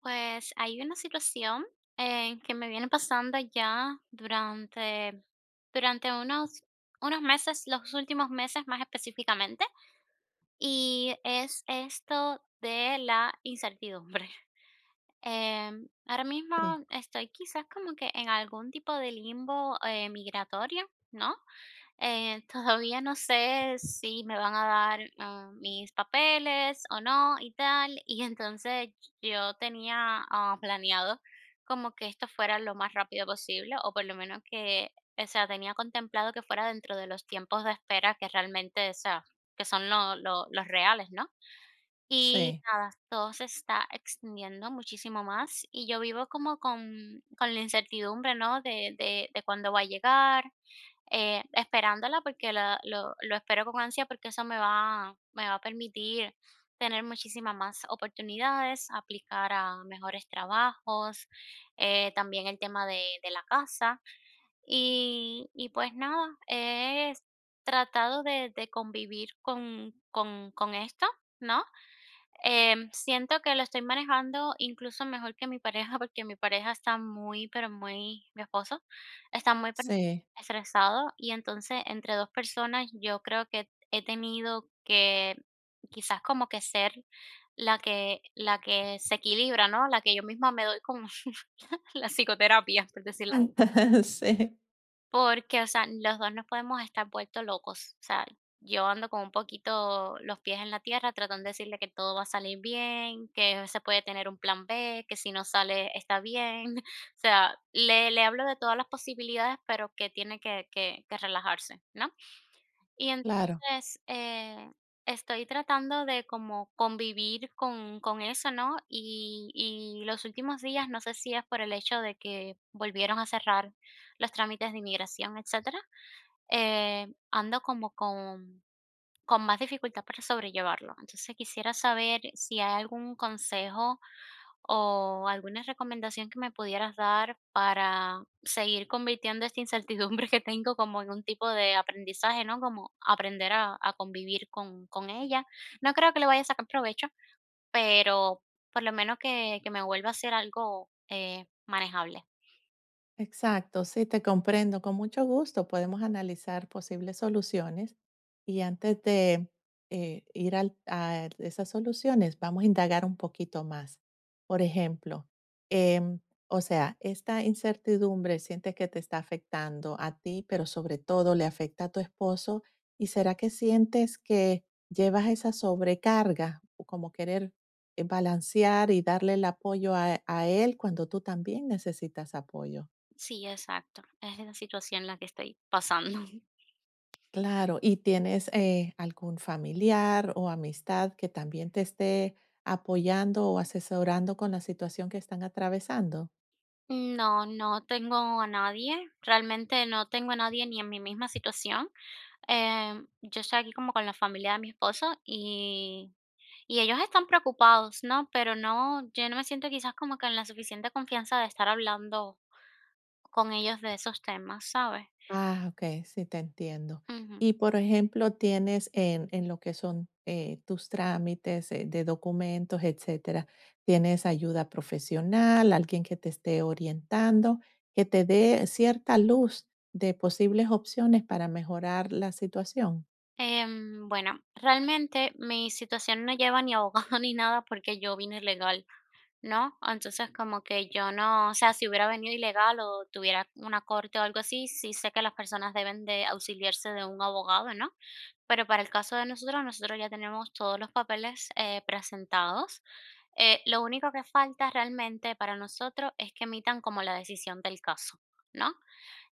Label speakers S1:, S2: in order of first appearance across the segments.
S1: Pues hay una situación que me viene pasando ya durante unos meses, los últimos meses más específicamente, y es esto de la incertidumbre. Ahora mismo estoy quizás como que en algún tipo de limbo migratorio, ¿no? Todavía no sé si me van a dar, mis papeles o no y tal. Y entonces yo tenía, planeado como que esto fuera lo más rápido posible, o por lo menos que, o sea, tenía contemplado que fuera dentro de los tiempos de espera que realmente, o sea, que son lo los reales, ¿no? Y
S2: Sí,
S1: nada, todo se está extendiendo muchísimo más y yo vivo como con la incertidumbre, ¿no? De cuándo va a llegar, esperándola porque la lo espero con ansia porque eso me va a permitir tener muchísimas más oportunidades, aplicar a mejores trabajos, también el tema de la casa. Y pues nada, he tratado de convivir con esto, ¿no? Siento que lo estoy manejando incluso mejor que mi pareja, porque mi pareja está muy, pero muy, mi esposo, está muy pero
S2: sí, sí,
S1: muy estresado y entonces entre dos personas yo creo que he tenido que quizás como que ser la que se equilibra, ¿no? La que yo misma me doy con la psicoterapia, por decirlo
S2: sí,
S1: porque, o sea, los 2 nos podemos estar vueltos locos. O sea, yo ando con un poquito los pies en la tierra, tratando de decirle que todo va a salir bien, que se puede tener un plan B, que si no sale está bien. O sea, le hablo de todas las posibilidades, pero que tiene que relajarse, ¿no? Y
S2: claro.
S1: entonces, estoy tratando de como convivir con eso, ¿no? Y los últimos días, no sé si es por el hecho de que volvieron a cerrar los trámites de inmigración, etcétera, ando como con más dificultad para sobrellevarlo. Entonces, quisiera saber si hay algún consejo o alguna recomendación que me pudieras dar para seguir convirtiendo esta incertidumbre que tengo como en un tipo de aprendizaje, ¿no? Como aprender a convivir con ella. No creo que le vaya a sacar provecho, pero por lo menos que me vuelva a ser algo manejable.
S2: Exacto, sí, te comprendo. Con mucho gusto podemos analizar posibles soluciones y antes de ir a esas soluciones, vamos a indagar un poquito más. Por ejemplo, em, o sea, esta incertidumbre sientes que te está afectando a ti, pero sobre todo le afecta a tu esposo. ¿Y será que sientes que llevas esa sobrecarga, o como querer balancear y darle el apoyo a él cuando tú también necesitas apoyo?
S1: Sí, exacto. Es la situación en la que estoy pasando.
S2: Claro, ¿y tienes algún familiar o amistad que también te esté apoyando o asesorando con la situación que están atravesando?
S1: No, no tengo a nadie. Realmente no tengo a nadie ni en mi misma situación. Yo estoy aquí como con la familia de mi esposo y ellos están preocupados, ¿no? Pero no, yo no me siento quizás como que en la suficiente confianza de estar hablando con ellos de esos temas, ¿sabes?
S2: Ah, ok, sí te entiendo.
S1: Ujú.
S2: Y por ejemplo, tienes en lo que son tus trámites de documentos, etcétera, tienes ayuda profesional, alguien que te esté orientando, que te dé cierta luz de posibles opciones para mejorar la situación.
S1: Bueno, realmente mi situación no lleva ni abogado ni nada porque yo vine ilegal. ¿No? Entonces, como que yo no, o sea, si hubiera venido ilegal o tuviera una corte o algo así, sí sé que las personas deben de auxiliarse de un abogado, ¿no? Pero para el caso de nosotros, nosotros ya tenemos todos los papeles presentados. Lo único que falta realmente para nosotros es que emitan como la decisión del caso, ¿no?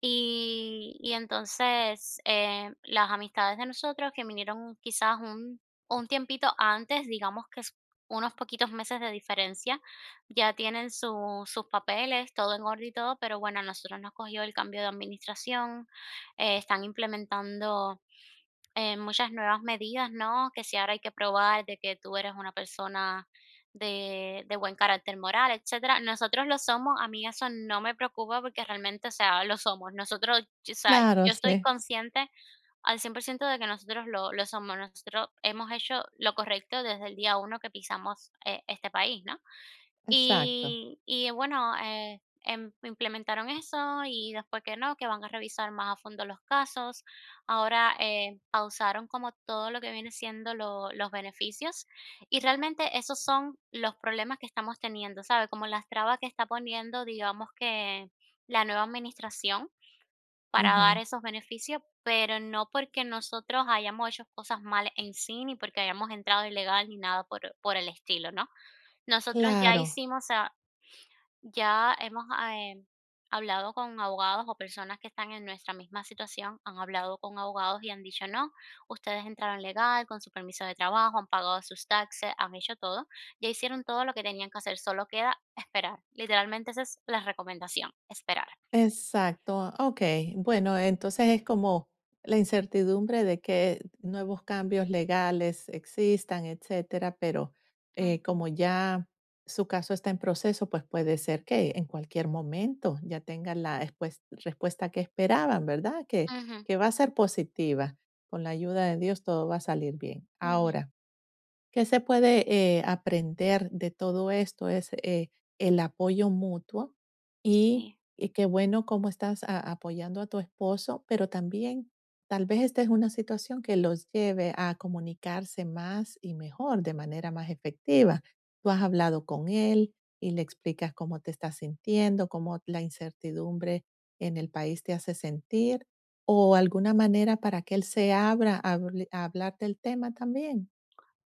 S1: Y entonces, las amistades de nosotros que vinieron quizás un tiempito antes, digamos que es unos poquitos meses de diferencia, ya tienen su sus papeles, todo en orden y todo, pero bueno, a nosotros nos cogió el cambio de administración, están implementando muchas nuevas medidas, ¿no? Que si ahora hay que probar de que tú eres una persona de buen carácter moral, etcétera. Nosotros lo somos, a mí eso no me preocupa porque realmente, o sea, lo somos. Nosotros, o sea,
S2: Claro,
S1: yo estoy
S2: sí,
S1: consciente al 100% de que nosotros lo somos. Nosotros hemos hecho lo correcto desde el día uno que pisamos este país, ¿no?
S2: exacto.
S1: Y bueno, implementaron eso y después que no, que van a revisar más a fondo los casos. Ahora, pausaron como todo lo que viene siendo lo los beneficios, y realmente esos son los problemas que estamos teniendo, sabe. Como las trabas que está poniendo, digamos que la nueva administración para dar
S2: Ujú.
S1: esos beneficios, pero no porque nosotros hayamos hecho cosas mal en sí, ni porque hayamos entrado ilegal, ni nada por el estilo, ¿no? Nosotros ya
S2: Claro,
S1: hicimos, ya hemos, eh, hablado con abogados o personas que están en nuestra misma situación, han hablado con abogados y han dicho: "No, ustedes entraron legal, con su permiso de trabajo, han pagado sus taxes, han hecho todo, ya hicieron todo lo que tenían que hacer, solo queda esperar". Literalmente esa es la recomendación, esperar.
S2: exacto. Okey. Bueno, entonces es como la incertidumbre de que nuevos cambios legales existan, etcétera, pero,
S1: Ujú,
S2: como ya su caso está en proceso, pues puede ser que en cualquier momento ya tengan la espues respuesta que esperaban, ¿verdad?
S1: ujú,
S2: Que va a ser positiva. Con la ayuda de Dios todo va a salir bien.
S1: ujú,
S2: Ahora, ¿qué se puede, aprender de todo esto? Es, el apoyo mutuo y
S1: sí.
S2: qué bueno cómo estás a apoyando a tu esposo, pero también tal vez esta es una situación que los lleve a comunicarse más y mejor, de manera más efectiva. Tú has hablado con él y le explicas cómo te estás sintiendo, cómo la incertidumbre en el país te hace sentir, o alguna manera para que él se abra a habl a hablar del tema también.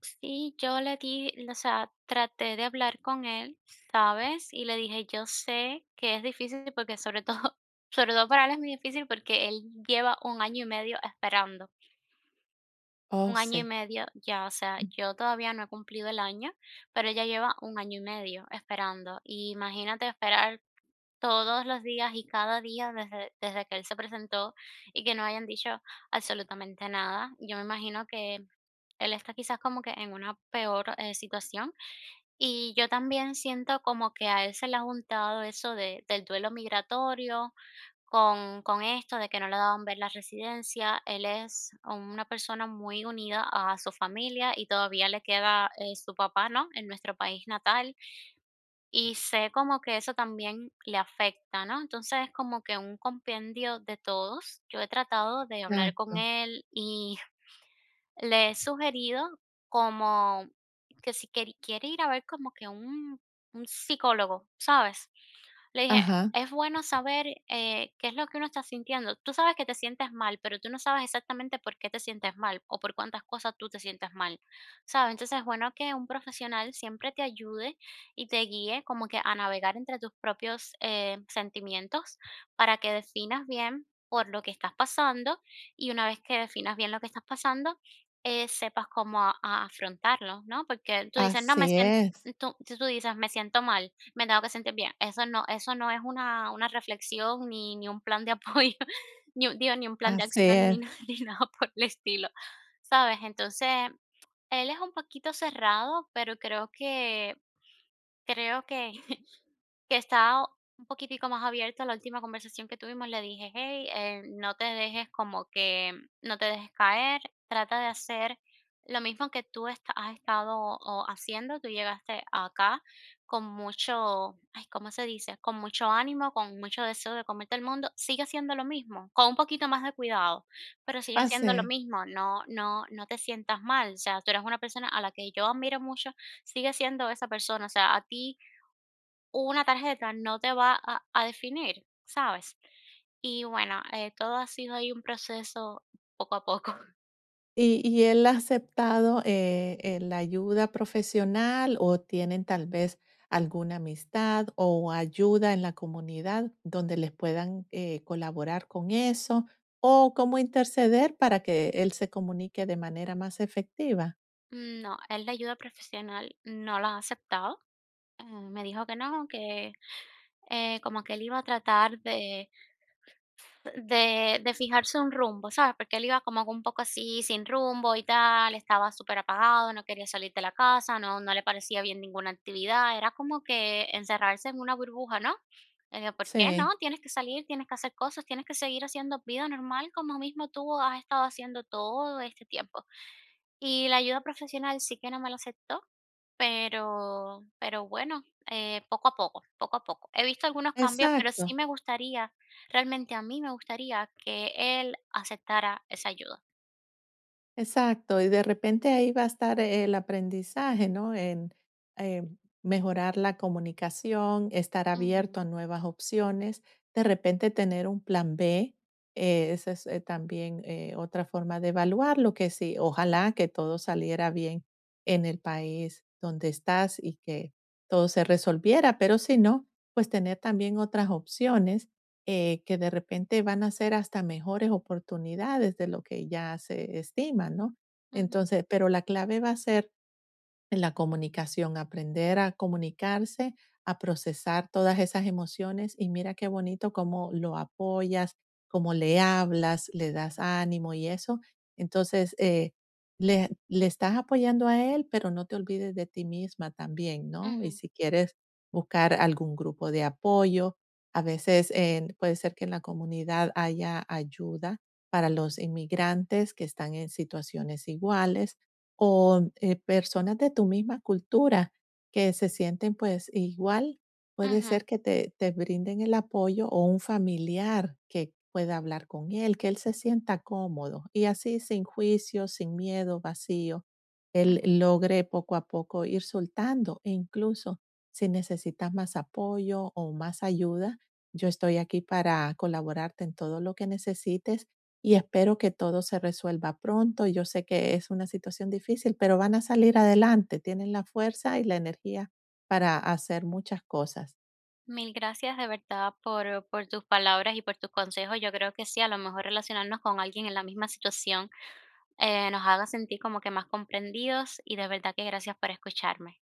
S1: Sí, yo le di, o sea, traté de hablar con él, ¿sabes? Y le dije, yo sé que es difícil porque sobre todo, sobre todo para él es muy difícil porque él lleva un año y medio esperando.
S2: Oh,
S1: Un año y
S2: sí.
S1: medio ya, o sea,
S2: Mm.
S1: yo todavía no he cumplido el año, pero ella lleva un año y medio esperando. Y imagínate esperar todos los días y cada día desde que él se presentó y que no hayan dicho absolutamente nada. Yo me imagino que él está quizás como que en una peor situación. Y yo también siento como que a él se le ha juntado eso del duelo migratorio, con esto de que no le daban ver la residencia. Él es una persona muy unida a su familia y todavía le queda su papá, ¿no? En nuestro país natal. Y sé como que eso también le afecta, ¿no? Entonces es como que un compendio de todos. Yo he tratado de hablar con
S2: Exacto.
S1: él y le he sugerido como que si quiere ir a ver como que un psicólogo, ¿sabes? Le dije:
S2: Ajá.
S1: "Es bueno saber, qué es lo que uno está sintiendo. Tú sabes que te sientes mal, pero tú no sabes exactamente por qué te sientes mal o por cuántas cosas tú te sientes mal", ¿sabes? Entonces, es bueno que un profesional siempre te ayude y te guíe como que a navegar entre tus propios, sentimientos para que definas bien por lo que estás pasando, y una vez que definas bien lo que estás pasando, sepas cómo a afrontarlo, ¿no? Porque tú dices: "No, me
S2: Así
S1: siento",
S2: es,
S1: tú dices: "Me siento mal". Me tengo que sentir bien. Eso no es una reflexión, ni un plan de apoyo, ni un plan de
S2: así
S1: acción, ni
S2: es,
S1: nada ni nada por el estilo, ¿sabes? Entonces, él es un poquito cerrado, pero creo que estaba un poquitico más abierto, la última conversación que tuvimos le dije: "Hey, no te dejes como que no te dejes caer, trata de hacer lo mismo que tú esta has estado o haciendo, tú llegaste acá con mucho, ay, ¿cómo se dice?, con mucho ánimo, con mucho deseo de comerte el mundo, sigue haciendo lo mismo, con un poquito más de cuidado, pero sigue
S2: así
S1: haciendo lo
S2: es.
S1: mismo, no te sientas mal, o sea, tú eres una persona a la que yo admiro mucho, sigue siendo esa persona, o sea, a ti una tarjeta no te va a definir, ¿sabes? Y bueno, todo ha sido ahí un proceso poco a poco.
S2: ¿Y él ha aceptado, la ayuda profesional o tienen tal vez alguna amistad o ayuda en la comunidad donde les puedan, colaborar con eso? ¿O cómo interceder para que él se comunique de manera más efectiva?
S1: No, él la ayuda profesional no la ha aceptado. Me dijo que no, que como que él iba a tratar de fijarse un rumbo, ¿sabes? Porque él iba como que un poco así sin rumbo y tal, estaba súper apagado, no quería salir de la casa, no le parecía bien ninguna actividad, era como que encerrarse en una burbuja, ¿no? Le digo: "¿Por qué no?
S2: Sí,
S1: Tienes que salir, tienes que hacer cosas, tienes que seguir haciendo vida normal como mismo tú has estado haciendo todo este tiempo". Y la ayuda profesional sí que no me la aceptó. Pero bueno, poco a poco, poco a poco. He visto algunos cambios, pero sí
S2: exacto.
S1: me gustaría, realmente a mí me gustaría que él aceptara esa ayuda.
S2: Exacto, y de repente ahí va a estar el aprendizaje, ¿no? En eh, mejorar la comunicación, estar
S1: Ujú,
S2: abierto a nuevas opciones, de repente tener un plan B, esa es también otra forma de evaluarlo, que sí, ojalá que todo saliera bien en el país donde estás y que todo se resolviera, pero si no, pues tener también otras opciones que de repente van a ser hasta mejores oportunidades de lo que ya se estima, ¿no?
S1: ujú,
S2: Entonces, pero la clave va a ser en la comunicación, aprender a comunicarse, a procesar todas esas emociones y mira qué bonito cómo lo apoyas, cómo le hablas, le das ánimo y eso. Entonces, le estás apoyando a él, pero no te olvides de ti misma también, ¿no? Y
S1: ujú,
S2: si quieres buscar algún grupo de apoyo, a veces puede ser que en la comunidad haya ayuda para los inmigrantes que están en situaciones iguales o personas de tu misma cultura que se sienten pues igual, puede
S1: ujú,
S2: ser que te brinden el apoyo o un familiar que pueda hablar con él, que él se sienta cómodo y así sin juicio, sin miedo, vacío, él
S1: ujú.
S2: logre poco a poco ir soltando e incluso si necesitas más apoyo o más ayuda, yo estoy aquí para colaborarte en todo lo que necesites y espero que todo se resuelva pronto. Yo sé que es una situación difícil, pero van a salir adelante, tienen la fuerza y la energía para hacer muchas cosas.
S1: Mil gracias de verdad por tus palabras y por tus consejos. Yo creo que sí, a lo mejor relacionarnos con alguien en la misma situación, nos haga sentir como que más comprendidos y de verdad que gracias por escucharme.